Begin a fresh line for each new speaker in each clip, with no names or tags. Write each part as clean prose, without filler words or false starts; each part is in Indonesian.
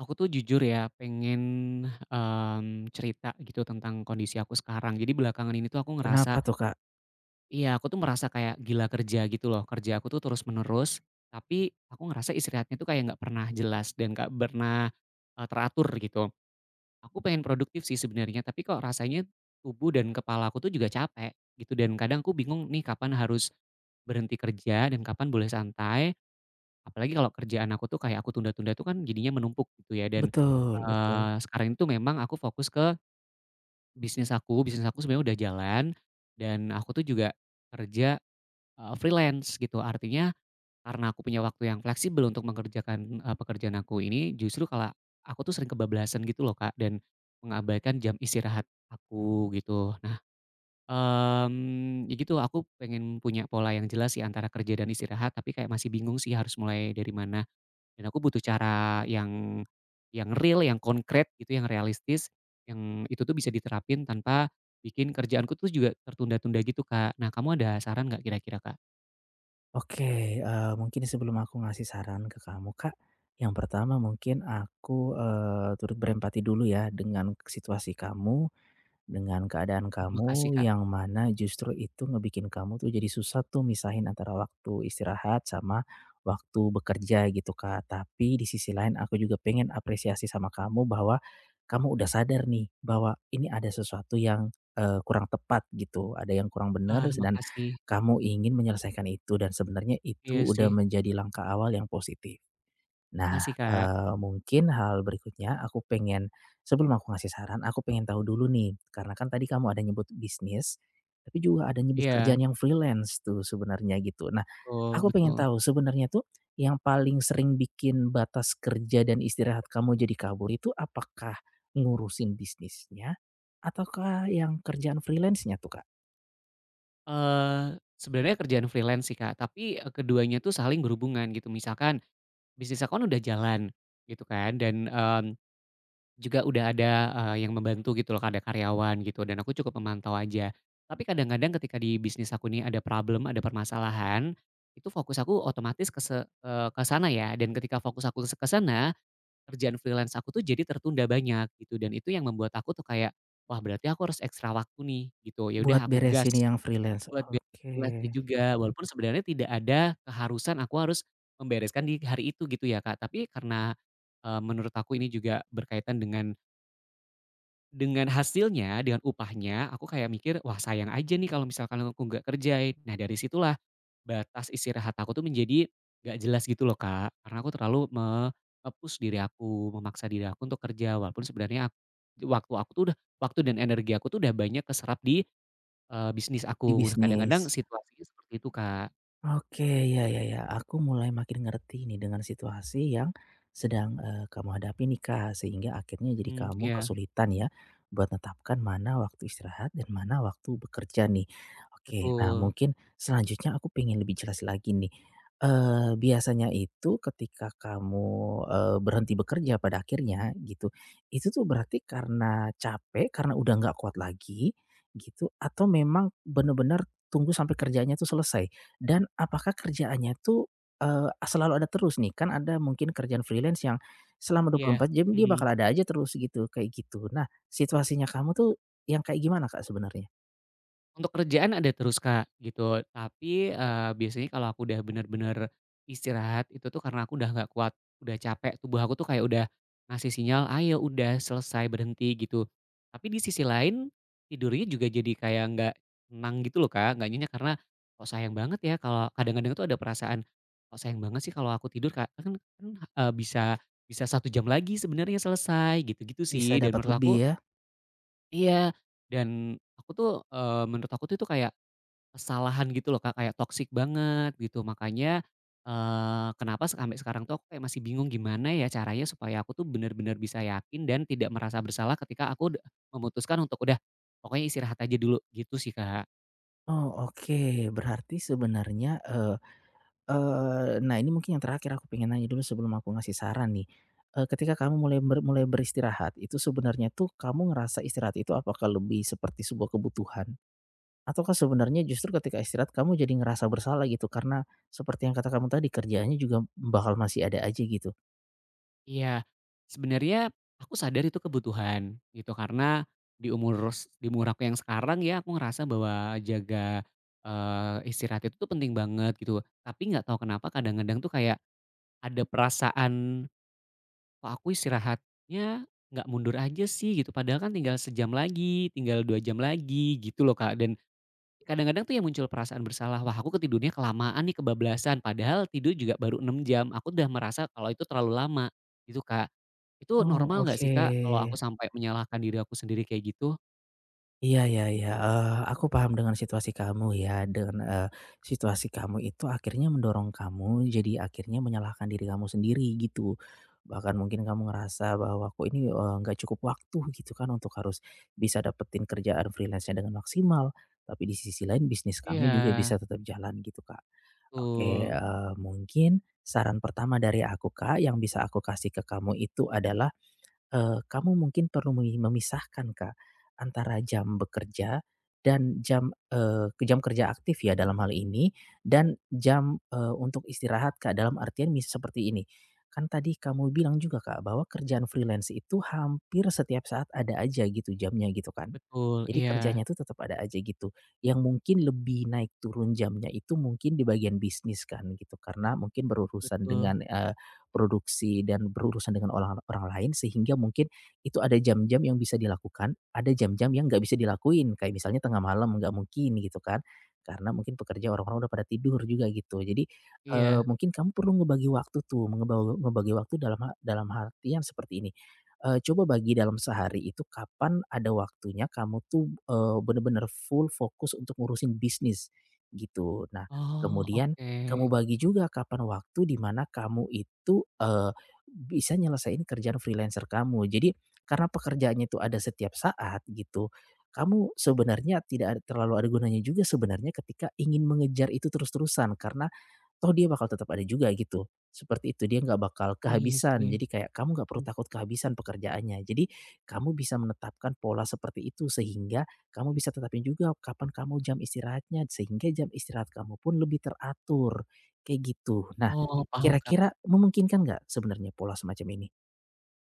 Aku tuh jujur ya pengen, cerita gitu tentang kondisi aku sekarang. Jadi belakangan ini tuh aku ngerasa
Kenapa tuh, Kak?
iya aku tuh merasa kayak gila kerja gitu loh. Kerja aku tuh terus-menerus, tapi aku ngerasa istirahatnya tuh kayak nggak pernah jelas dan nggak pernah, teratur gitu. Aku pengen produktif sih sebenarnya, tapi kok rasanya tubuh dan kepala aku tuh juga capek gitu dan kadang aku bingung nih kapan harus berhenti kerja dan kapan boleh santai. Apalagi kalau kerjaan aku tuh kayak aku tunda-tunda tuh kan jadinya menumpuk gitu ya dan,
Betul, betul.
sekarang itu memang aku fokus ke bisnis aku sebenarnya udah jalan dan aku tuh juga kerja, freelance gitu. Artinya karena aku punya waktu yang fleksibel untuk mengerjakan, pekerjaan aku ini justru kalau aku tuh sering kebablasan gitu loh, Kak, dan mengabaikan jam istirahat aku gitu. Nah, ya gitu aku pengen punya pola yang jelas sih antara kerja dan istirahat tapi kayak masih bingung sih harus mulai dari mana. Dan aku butuh cara yang real, yang konkret gitu, yang realistis, yang itu tuh bisa diterapin tanpa bikin kerjaanku tuh juga tertunda-tunda gitu, Kak. Nah, kamu ada saran nggak kira-kira, Kak?
Oke, mungkin sebelum aku ngasih saran ke kamu, Kak, yang pertama mungkin aku, turut berempati dulu ya dengan situasi kamu dengan keadaan
Makasih,
kamu
Kak.
yang mana justru itu ngebikin kamu tuh jadi susah tuh misahin antara waktu istirahat sama waktu bekerja gitu, Kak. Tapi di sisi lain aku juga pengen apresiasi sama kamu bahwa kamu udah sadar nih bahwa ini ada sesuatu yang kurang tepat gitu, ada yang kurang benar
Ah,
dan
makasih.
kamu ingin menyelesaikan itu dan sebenarnya itu
Iya sih,
udah menjadi langkah awal yang positif. Nah,
makasih, Kak.
mungkin hal berikutnya aku pengen sebelum aku ngasih saran, aku pengen tahu dulu nih, karena kan tadi kamu ada nyebut bisnis, tapi juga ada nyebut
Iya,
kerjaan yang freelance tuh sebenarnya gitu. Nah,
betul
aku pengen
betul.
tahu sebenarnya tuh yang paling sering bikin batas kerja dan istirahat kamu jadi kabur itu apakah ngurusin bisnisnya ataukah yang kerjaan freelance-nya tuh, Kak?
Eee, Sebenarnya kerjaan freelance sih, Kak, tapi, keduanya tuh saling berhubungan gitu. Misalkan bisnis aku kan udah jalan gitu kan dan, juga udah ada, yang membantu gitu loh, ada karyawan gitu dan aku cukup memantau aja. Tapi kadang-kadang ketika di bisnis aku nih ada problem, ada permasalahan, itu fokus aku otomatis ke sana ya dan ketika fokus aku ke sana, kerjaan freelance aku tuh jadi tertunda banyak gitu dan itu yang membuat aku tuh kayak, "Wah, berarti aku harus ekstra waktu nih," gitu. Ya
Buat
udah, aku gas
beresin yang freelance,
buat beres
oke,
freelance-nya juga walaupun sebenarnya tidak ada keharusan aku harus membereskan di hari itu gitu ya, Kak, tapi karena, menurut aku ini juga berkaitan dengan hasilnya, dengan upahnya, aku kayak mikir, "Wah, sayang aja nih kalau misalkan aku nggak kerjain." Nah, dari situlah batas istirahat aku tuh menjadi nggak jelas gitu loh, Kak, karena aku terlalu nge-push diri aku, memaksa diri aku untuk kerja walaupun sebenarnya ak waktu aku tuh udah waktu dan energi aku tuh udah banyak keserap di, bisnis
di
aku. Nah, kadang-kadang
bisnis.
situasinya seperti itu, Kak.
Oke, ya, ya, ya, aku mulai makin ngerti nih dengan situasi yang sedang, kamu hadapi nih, Kak, sehingga akhirnya jadi
Hmm,
kamu
iya,
kesulitan ya buat menetapkan mana waktu istirahat dan mana waktu bekerja nih. Oke, nah
betul.
mungkin selanjutnya aku pengen lebih jelas lagi nih, biasanya itu ketika kamu, berhenti bekerja pada akhirnya gitu, itu tuh berarti karena capek, karena udah nggak kuat lagi gitu, atau memang benar-benar tunggu sampai kerjanya tuh selesai? Dan apakah kerjaannya tuh, selalu ada terus nih? Kan ada mungkin kerjaan freelance yang selama
Iya,
24 jam dia
mhm.
bakal ada aja terus gitu, kayak gitu. Nah, situasinya kamu tuh yang kayak gimana, Kak, sebenarnya?
Untuk kerjaan ada terus, Kak, gitu. Tapi, biasanya kalau aku udah bener-bener istirahat itu tuh karena aku udah nggak kuat, udah capek, tubuh aku tuh kayak udah ngasih sinyal, "Ayo udah selesai, berhenti," gitu. Tapi di sisi lain, tidurnya juga jadi kayak nggak tenang gitu loh, Kak, nggak nyenyak karena, "Kok sayang banget ya," kalau kadang-kadang tuh ada perasaan, "Kok sayang banget sih kalau aku tidur, Kak, kan kan, bisa bisa 1 jam lagi sebenarnya selesai," gitu-gitu
Bisa
sih. Dan
dapat
menurut aku
lebih ya?
iya, dan aku tuh, menurut aku tuh itu kayak kesalahan gitu loh, Kak, kayak toksik banget gitu. Makanya, kenapa sampai sekarang tuh aku kayak masih bingung gimana ya caranya supaya aku tuh benar-benar bisa yakin dan tidak merasa bersalah ketika aku udah memutuskan untuk udah pokoknya istirahat aja dulu gitu sih, Kak.
Oh, oke. Berarti sebenarnya, eee eee, nah ini mungkin yang terakhir aku pengen nanya dulu sebelum aku ngasih saran nih. Ketika kamu mulai beristirahat, itu sebenarnya tuh kamu ngerasa istirahat itu apakah lebih seperti sebuah kebutuhan? Ataukah sebenarnya justru ketika istirahat kamu jadi ngerasa bersalah gitu karena seperti yang kata kamu tadi kerjaannya juga bakal masih ada aja gitu?
Iya, sebenarnya aku sadar itu kebutuhan gitu karena di umur di umur aku yang sekarang ya aku ngerasa bahwa istirahat itu tuh penting banget gitu. Tapi nggak tahu kenapa kadang-kadang tuh kayak ada perasaan, "Kok aku istirahatnya nggak mundur aja sih," gitu, padahal kan tinggal sejam lagi, tinggal 2 jam lagi gitu loh, Kak, dan kadang-kadang tuh yang muncul perasaan bersalah, wah, aku ketidurnya kelamaan nih, kebablasan, padahal tidur juga baru 6 jam, aku udah merasa kalau itu terlalu lama gitu, Kak. Itu
Oh,
normal nggak sih,
oke.
Kak, kalau aku sampai menyalahkan diri aku sendiri kayak gitu?
Iya, iya, iya, aku paham dengan situasi kamu ya, dengan, situasi kamu itu akhirnya mendorong kamu jadi akhirnya menyalahkan diri kamu sendiri gitu. Bahkan mungkin kamu ngerasa bahwa, aku ini, nggak cukup waktu," gitu kan, untuk harus bisa dapetin kerjaan freelance-nya dengan maksimal, tapi di sisi lain bisnis kamu
Iya.
juga bisa tetap jalan gitu, Kak. Oke,
Betul,
mungkin saran pertama dari aku, Kak, yang bisa aku kasih ke kamu itu adalah kamu mungkin perlu memisahkan, Kak, antara jam bekerja dan jam, eee, ke jam kerja aktif ya dalam hal ini, dan jam, untuk istirahat, Kak, dalam artian seperti ini, kan tadi kamu bilang juga, Kak, bahwa kerjaan freelance itu hampir setiap saat ada aja gitu jamnya gitu kan.
betul,
Jadi
iya,
kerjanya tuh tetap ada aja gitu, yang mungkin lebih naik turun jamnya itu mungkin di bagian bisnis kan gitu, karena mungkin berurusan
betul,
dengan, produksi dan berurusan dengan orang orang lain sehingga mungkin itu ada jam-jam yang bisa dilakukan, ada jam-jam yang nggak bisa dilakuin, kayak misalnya tengah malam nggak mungkin gitu kan, karena mungkin pekerja orang-orang udah pada tidur juga gitu. Jadi,
iya.
mungkin kamu perlu ngebagi waktu tuh, ngebagi waktu dalam dalam artian seperti ini, coba bagi dalam sehari itu kapan ada waktunya kamu tuh, bener-bener full fokus untuk ngurusin bisnis gitu. Nah,
Oh,
kemudian kamu
oke.
bagi juga kapan waktu di mana kamu itu, bisa nyelesain kerjaan freelancer kamu. Jadi karena pekerjaannya itu ada setiap saat gitu, kamu sebenarnya tidak ad terlalu ada gunanya juga sebenarnya ketika ingin mengejar itu terus-terusan karena toh dia bakal tetap ada juga gitu, seperti itu. Dia nggak bakal
Oh iya
kehabisan.
sih,
Jadi kayak kamu nggak perlu
mhm
takut kehabisan pekerjaannya. Jadi kamu bisa menetapkan pola seperti itu sehingga kamu
mhm.
bisa tetapin juga kapan kamu jam istirahatnya, sehingga jam istirahat kamu pun lebih teratur, kayak gitu. Nah,
Oh paham, Kak.
kira-kira memungkinkan nggak sebenarnya pola semacam ini?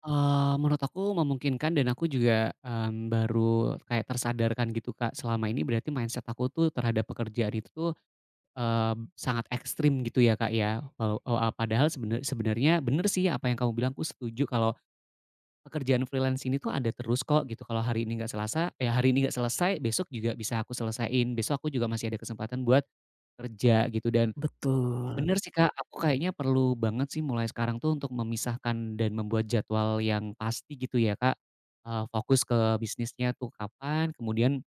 Menurut aku memungkinkan dan aku juga, baru kayak tersadarkan gitu, Kak. Selama ini berarti mindset aku tuh terhadap pekerjaan itu tuh, eee, sangat ekstrim gitu ya, Kak, ya. Padahal sebenarnya bener sih apa yang kamu bilang, aku setuju kalau pekerjaan freelance ini tuh ada terus kok gitu. Kalau hari ini nggak Selasa ya hari ini nggak selesai, besok juga bisa aku selesaiin. Besok aku juga masih ada kesempatan buat kerja gitu dan
Betul.
bener sih, Kak, aku kayaknya perlu banget sih mulai sekarang tuh untuk memisahkan dan membuat jadwal yang pasti gitu ya, Kak. Fokus ke bisnisnya tuh kapan, kemudian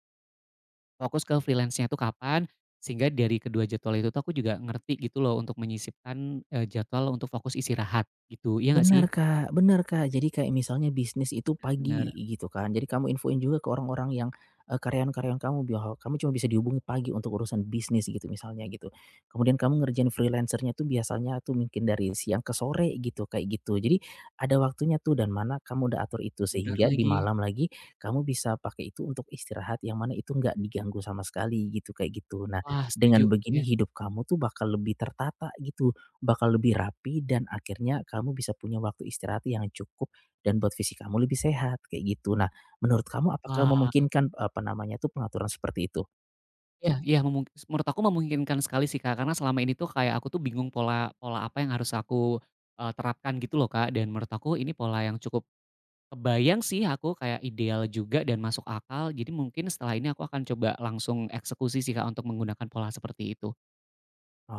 fokus ke freelance-nya tuh kapan, sehingga dari kedua jadwal itu tuh aku juga ngerti gitu loh untuk menyisipkan, jadwal untuk fokus istirahat gitu, iya nggak sih?
Benar, Kak, benar, Kak. Jadi kayak misalnya bisnis itu pagi
Benar-benar
gitu kan. Jadi kamu infoin juga ke orang-orang yang, karyawan-karyawan kamu bahwa kamu cuma bisa dihubungi pagi untuk urusan bisnis gitu misalnya gitu. Kemudian kamu ngerjain freelancer tuh biasanya tuh mungkin dari siang ke sore gitu, kayak gitu. Jadi ada waktunya tuh dan mana kamu udah atur itu sehingga di
lagi.
malam lagi kamu bisa pakai itu untuk istirahat yang mana itu nggak diganggu sama sekali gitu, kayak gitu. Nah,
Wah setuju,
dengan begini
ya.
hidup kamu tuh bakal lebih tertata gitu. Bakal lebih rapi dan akhirnya kamu bisa punya waktu istirahat yang cukup dan buat fisik kamu lebih sehat, kayak gitu. Nah, menurut kamu apakah
Wah.
memungkinkan, apa namanya tuh, pengaturan seperti itu?
Iya iya menurut aku memungkinkan sekali sih, Kak, karena selama ini tuh kayak aku tuh bingung pola pola apa yang harus aku, terapkan gitu loh, Kak, dan menurut aku ini pola yang cukup kebayang sih aku kayak ideal juga dan masuk akal, jadi mungkin setelah ini aku akan coba langsung eksekusi sih, Kak, untuk menggunakan pola seperti itu.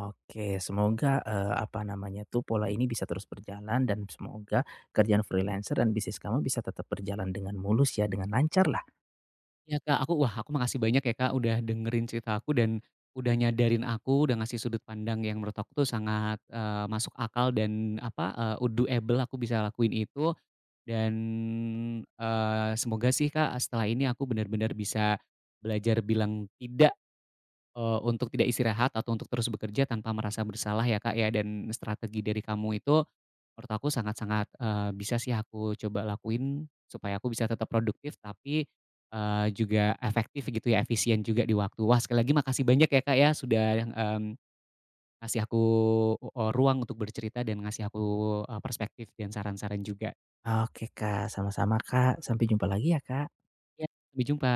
Oke, semoga, apa namanya tuh, pola ini bisa terus berjalan dan semoga kerjaan freelancer dan bisnis kamu bisa tetap berjalan dengan mulus ya, dengan lancar lah.
Iya, Kak, aku wah aku makasih banyak ya, Kak, udah dengerin cerita aku dan udah nyadarin aku, udah ngasih sudut pandang yang menurut aku tuh sangat, masuk akal dan apa, doable, aku bisa lakuin itu. Dan, semoga sih, Kak, setelah ini aku benar-benar bisa belajar bilang tidak, untuk tidak istirahat atau untuk terus bekerja tanpa merasa bersalah ya, Kak, ya, dan strategi dari kamu itu menurut aku sangat-sangat, bisa sih aku coba lakuin supaya aku bisa tetap produktif tapi, juga efektif gitu ya, efisien juga di waktu. Wah, sekali lagi makasih banyak ya, Kak, ya, sudah, mmm, ngasih aku, ruang untuk bercerita dan ngasih aku, perspektif dan saran-saran juga.
Oke, Kak, sama-sama, Kak, sampai jumpa lagi ya, Kak.
Ya, sampai jumpa.